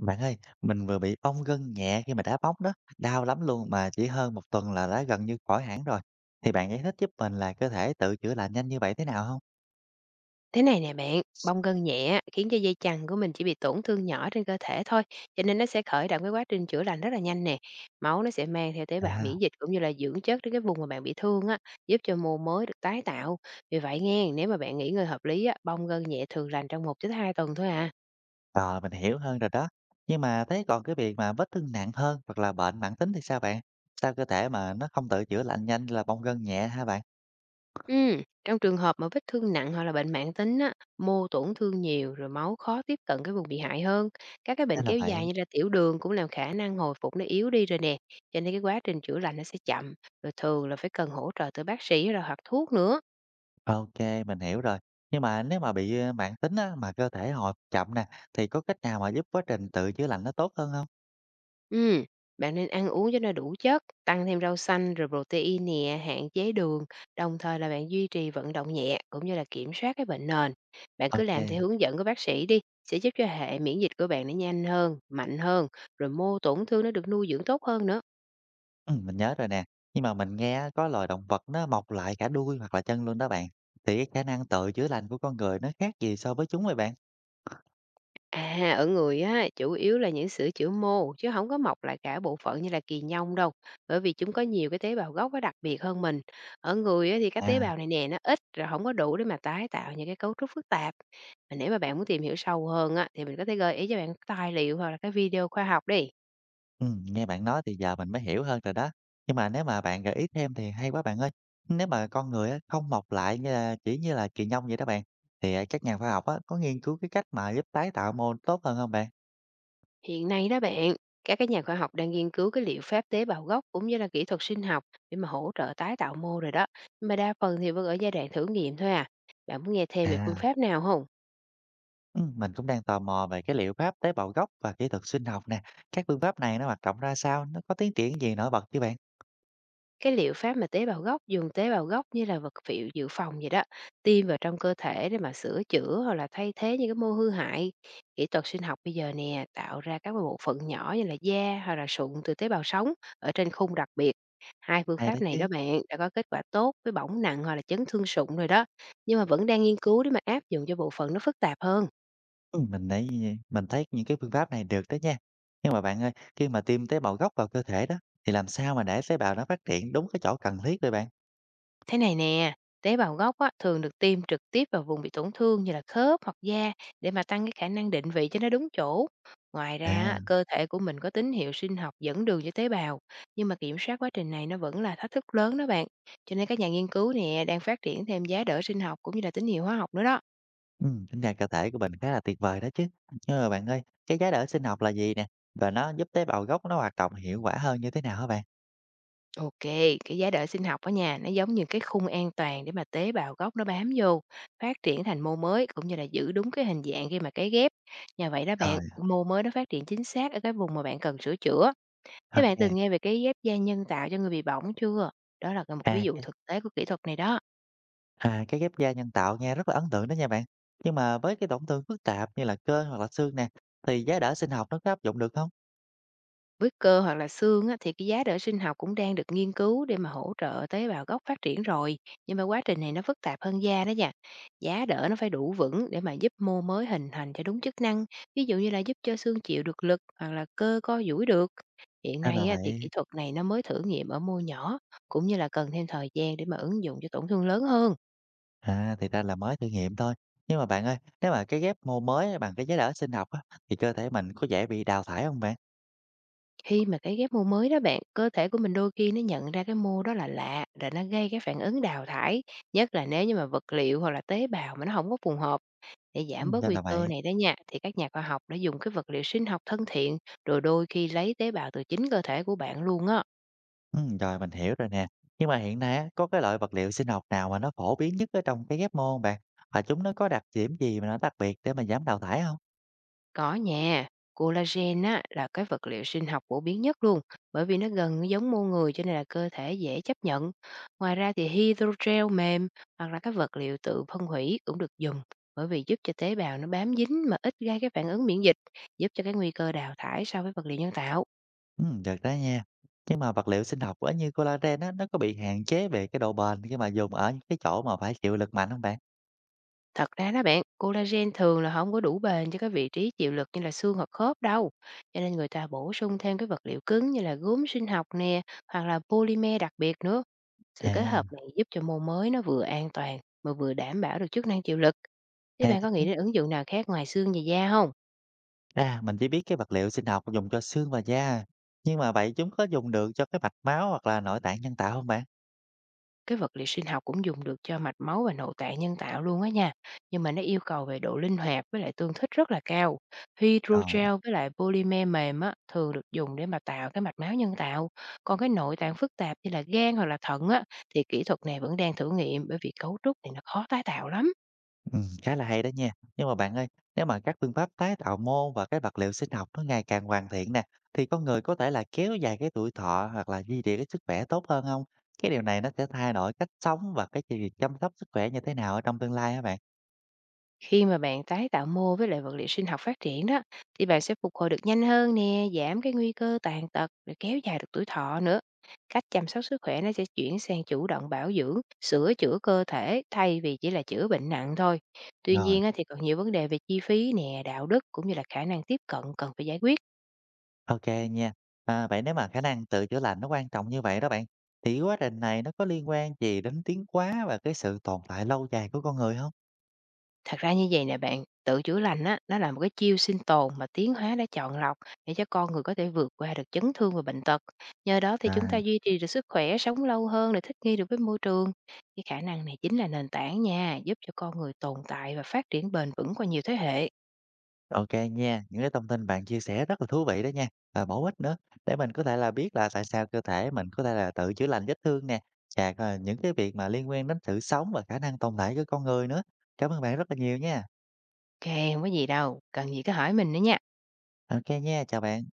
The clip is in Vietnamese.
Bạn ơi, mình vừa bị bong gân nhẹ khi mà đá bóng đó, đau lắm luôn mà chỉ hơn một tuần là đã gần như khỏi hẳn rồi. Thì bạn giải thích giúp mình là cơ thể tự chữa lành nhanh như vậy thế nào không? Thế này nè bạn, bong gân nhẹ khiến cho dây chằng của mình chỉ bị tổn thương nhỏ trên cơ thể thôi, cho nên nó sẽ khởi động cái quá trình chữa lành rất là nhanh nè. Máu nó sẽ mang theo tế bào À, miễn dịch cũng như là dưỡng chất đến cái vùng mà bạn bị thương á, giúp cho mô mới được tái tạo. Vì vậy nghe, nếu mà bạn nghỉ ngơi hợp lý á, bong gân nhẹ thường lành trong 1 đến 2 tuần thôi à. rồi mình hiểu hơn rồi đó. Nhưng mà thấy còn cái việc mà vết thương nặng hơn hoặc là bệnh mãn tính thì sao bạn? Sao cơ thể mà nó không tự chữa lành nhanh là bong gân nhẹ hả bạn? Trong trường hợp mà vết thương nặng hoặc là bệnh mãn tính á, mô tổn thương nhiều rồi máu khó tiếp cận cái vùng bị hại hơn. Các cái Thế bệnh là kéo vậy. dài như là tiểu đường cũng làm khả năng hồi phục nó yếu đi rồi nè. Cho nên cái quá trình chữa lành nó sẽ chậm, rồi thường là phải cần hỗ trợ từ bác sĩ rồi hoặc thuốc nữa. OK, mình hiểu rồi. Nhưng mà nếu mà bị mãn tính á, mà cơ thể hồi phục chậm nè, thì có cách nào mà giúp quá trình tự chữa lành nó tốt hơn không? Ừm, Bạn nên ăn uống cho nó đủ chất, tăng thêm rau xanh rồi protein nè, hạn chế đường, đồng thời là bạn duy trì vận động nhẹ cũng như là kiểm soát cái bệnh nền. Bạn cứ làm theo OK. hướng dẫn của bác sĩ đi, sẽ giúp cho hệ miễn dịch của bạn nó nhanh hơn, mạnh hơn, rồi mô tổn thương nó được nuôi dưỡng tốt hơn nữa. Mình nhớ rồi nè, nhưng mà mình nghe có loài động vật nó mọc lại cả đuôi hoặc là chân luôn đó bạn, thì cái khả năng tự chữa lành của con người nó khác gì so với chúng vậy bạn? À, ở người á, chủ yếu là những sữa chữa mô chứ không có mọc lại cả bộ phận như là kỳ nhông đâu, bởi vì chúng có nhiều cái tế bào gốc nó đặc biệt hơn mình. Ở người á, thì các tế À, bào này nè, nó ít rồi không có đủ để mà tái tạo những cái cấu trúc phức tạp. Mà nếu mà bạn muốn tìm hiểu sâu hơn á, thì mình có thể gợi ý cho bạn cái tài liệu hoặc là cái video khoa học đi. Nghe bạn nói thì giờ mình mới hiểu hơn rồi đó, nhưng mà nếu mà bạn gợi ý thêm thì hay quá bạn ơi. Nếu mà con người á, không mọc lại như là kỳ nhông vậy đó bạn, thì, à, các nhà khoa học á, có nghiên cứu cái cách mà giúp tái tạo mô tốt hơn không bạn? Hiện nay đó bạn, các cái nhà khoa học đang nghiên cứu cái liệu pháp tế bào gốc cũng như là kỹ thuật sinh học để mà hỗ trợ tái tạo mô rồi đó, nhưng mà đa phần thì vẫn ở giai đoạn thử nghiệm thôi à. Bạn muốn nghe thêm về phương À, pháp nào không? Mình cũng đang tò mò về cái liệu pháp tế bào gốc và kỹ thuật sinh học nè, các phương pháp này nó hoạt động ra sao, nó có tiến triển gì nổi bật chứ bạn? Cái liệu pháp mà tế bào gốc, dùng tế bào gốc như là vật liệu dự phòng vậy đó, tiêm vào trong cơ thể để mà sửa chữa hoặc là thay thế những cái mô hư hại. Kỹ thuật sinh học bây giờ nè, tạo ra các bộ phận nhỏ như là da hoặc là sụn từ tế bào sống ở trên khung đặc biệt. Hai phương Hay đó pháp này chứ. đó bạn đã có kết quả tốt với bỏng nặng hoặc là chấn thương sụn rồi đó, nhưng mà vẫn đang nghiên cứu để mà áp dụng cho bộ phận nó phức tạp hơn. Ừm, mình thấy mình thấy những cái phương pháp này được đó nha. Nhưng mà bạn ơi, khi mà tiêm tế bào gốc vào cơ thể đó, thì làm sao mà để tế bào nó phát triển đúng cái chỗ cần thiết vậy bạn? Thế này nè, tế bào gốc á, thường được tiêm trực tiếp vào vùng bị tổn thương như là khớp hoặc da để mà tăng cái khả năng định vị cho nó đúng chỗ. Ngoài ra, á, À, cơ thể của mình có tín hiệu sinh học dẫn đường cho tế bào, nhưng mà kiểm soát quá trình này nó vẫn là thách thức lớn đó bạn. Cho nên các nhà nghiên cứu nè đang phát triển thêm giá đỡ sinh học cũng như là tín hiệu hóa học nữa đó. Tính ra cơ thể của mình khá là tuyệt vời đó chứ. Nhưng mà bạn ơi, cái giá đỡ sinh học là gì nè? Và nó giúp tế bào gốc nó hoạt động hiệu quả hơn như thế nào hả bạn? OK, cái giá đỡ sinh học ở nhà nó giống như cái khung an toàn để mà tế bào gốc nó bám vô, phát triển thành mô mới cũng như là giữ đúng cái hình dạng khi mà cấy ghép. Nhờ vậy đó bạn, Rồi, mô mới nó phát triển chính xác ở cái vùng mà bạn cần sửa chữa. Thế bạn OK. từng nghe về cấy ghép da nhân tạo cho người bị bỏng chưa? Đó là một ví À, dụ cái thực tế của kỹ thuật này đó. à, cái ghép da nhân tạo nghe rất là ấn tượng đó nha bạn. Nhưng mà với cái tổn thương phức tạp như là cơ hoặc là xương nè, thì giá đỡ sinh học nó có áp dụng được không? Với cơ hoặc là xương á, thì cái giá đỡ sinh học cũng đang được nghiên cứu để mà hỗ trợ tế bào gốc phát triển rồi, nhưng mà quá trình này nó phức tạp hơn da đó nha. Giá đỡ nó phải đủ vững để mà giúp mô mới hình thành cho đúng chức năng, ví dụ như là giúp cho xương chịu được lực hoặc là cơ co duỗi được. Hiện hay là nay á, thì vậy. kỹ thuật này nó mới thử nghiệm ở mô nhỏ, cũng như là cần thêm thời gian để mà ứng dụng cho tổn thương lớn hơn. À, thì ra là mới thử nghiệm thôi. Nhưng mà bạn ơi, nếu mà cái ghép mô mới bằng cái giá đỡ sinh học á, thì cơ thể mình có dễ bị đào thải không bạn? Khi mà cái ghép mô mới đó bạn, cơ thể của mình đôi khi nó nhận ra cái mô đó là lạ, rồi nó gây cái phản ứng đào thải, nhất là nếu như mà vật liệu hoặc là tế bào mà nó không có phù hợp. Để Ừ, giảm bớt nên nguy là cơ vậy. này đó nha, thì các nhà khoa học đã dùng cái vật liệu sinh học thân thiện, rồi đôi khi lấy tế bào từ chính cơ thể của bạn luôn á. Ừ, rồi mình hiểu rồi nè. Nhưng mà hiện nay á, có cái loại vật liệu sinh học nào mà nó phổ biến nhất ở trong cái ghép mô không bạn? Và chúng nó có đặc điểm gì mà nó đặc biệt để mà giảm đào thải không? Có nha, collagen á, là cái vật liệu sinh học phổ biến nhất luôn, bởi vì nó gần giống mô người cho nên là cơ thể dễ chấp nhận. Ngoài ra thì hydrogel mềm hoặc là các vật liệu tự phân hủy cũng được dùng, bởi vì giúp cho tế bào nó bám dính mà ít gây cái phản ứng miễn dịch, giúp cho cái nguy cơ đào thải so với vật liệu nhân tạo. Ừ, được đó nha. Nhưng mà vật liệu sinh học á, như collagen á, nó có bị hạn chế về cái độ bền khi mà dùng ở những cái chỗ mà phải chịu lực mạnh không bạn? Thật ra đó bạn, collagen thường là không có đủ bền cho các vị trí chịu lực như là xương hoặc khớp đâu. Cho nên người ta bổ sung thêm cái vật liệu cứng như là gốm sinh học nè, hoặc là polymer đặc biệt nữa. Sự kết hợp À, này giúp cho môn mới nó vừa an toàn mà vừa đảm bảo được chức năng chịu lực. Thế hay bạn đó có chứ. nghĩ đến ứng dụng nào khác ngoài xương và da không? À, mình chỉ biết cái vật liệu sinh học dùng cho xương và da, nhưng mà vậy chúng có dùng được cho cái mạch máu hoặc là nội tạng nhân tạo không bạn? Cái vật liệu sinh học cũng dùng được cho mạch máu và nội tạng nhân tạo luôn á nha, nhưng mà nó yêu cầu về độ linh hoạt với lại tương thích rất là cao. Rồi, Hydrogel với lại polymer mềm á, thường được dùng để mà tạo cái mạch máu nhân tạo, còn cái nội tạng phức tạp như là gan hoặc là thận á, thì kỹ thuật này vẫn đang thử nghiệm bởi vì cấu trúc thì nó khó tái tạo lắm. ừ, khá là hay đó nha. Nhưng mà bạn ơi, nếu mà các phương pháp tái tạo mô và cái vật liệu sinh học nó ngày càng hoàn thiện nè, thì con người có thể là kéo dài cái tuổi thọ hoặc là duy trì cái sức khỏe tốt hơn không? Cái điều này nó sẽ thay đổi cách sống và cái việc chăm sóc sức khỏe như thế nào ở trong tương lai hả bạn? Khi mà bạn tái tạo mô với lại vật liệu sinh học phát triển đó, thì bạn sẽ phục hồi được nhanh hơn nè, giảm cái nguy cơ tàn tật, rồi kéo dài được tuổi thọ nữa. Cách chăm sóc sức khỏe nó sẽ chuyển sang chủ động bảo dưỡng, sửa chữa cơ thể thay vì chỉ là chữa bệnh nặng thôi. Tuy Rồi. nhiên á, thì còn nhiều vấn đề về chi phí nè, đạo đức cũng như là khả năng tiếp cận cần phải giải quyết. OK nha. À, vậy nếu mà khả năng tự chữa lành nó quan trọng như vậy đó bạn, thì quá trình này nó có liên quan gì đến tiến hóa và cái sự tồn tại lâu dài của con người không? Thật ra như vậy nè bạn, tự chữa lành á, nó là một cái chiêu sinh tồn mà tiến hóa đã chọn lọc để cho con người có thể vượt qua được chấn thương và bệnh tật. Nhờ đó thì chúng ta À, duy trì được sức khỏe, sống lâu hơn để thích nghi được với môi trường. Cái khả năng này chính là nền tảng nha, giúp cho con người tồn tại và phát triển bền vững qua nhiều thế hệ. ô nha, những cái thông tin bạn chia sẻ rất là thú vị đó nha, và bổ ích nữa, để mình có thể là biết là tại sao cơ thể mình có thể là tự chữa lành vết thương nè, và, à, những cái việc mà liên quan đến sự sống và khả năng tồn tại của con người nữa. Cảm ơn bạn rất là nhiều nha. OK, không có gì đâu, cần gì cứ hỏi mình nữa nha. OK nha, chào bạn.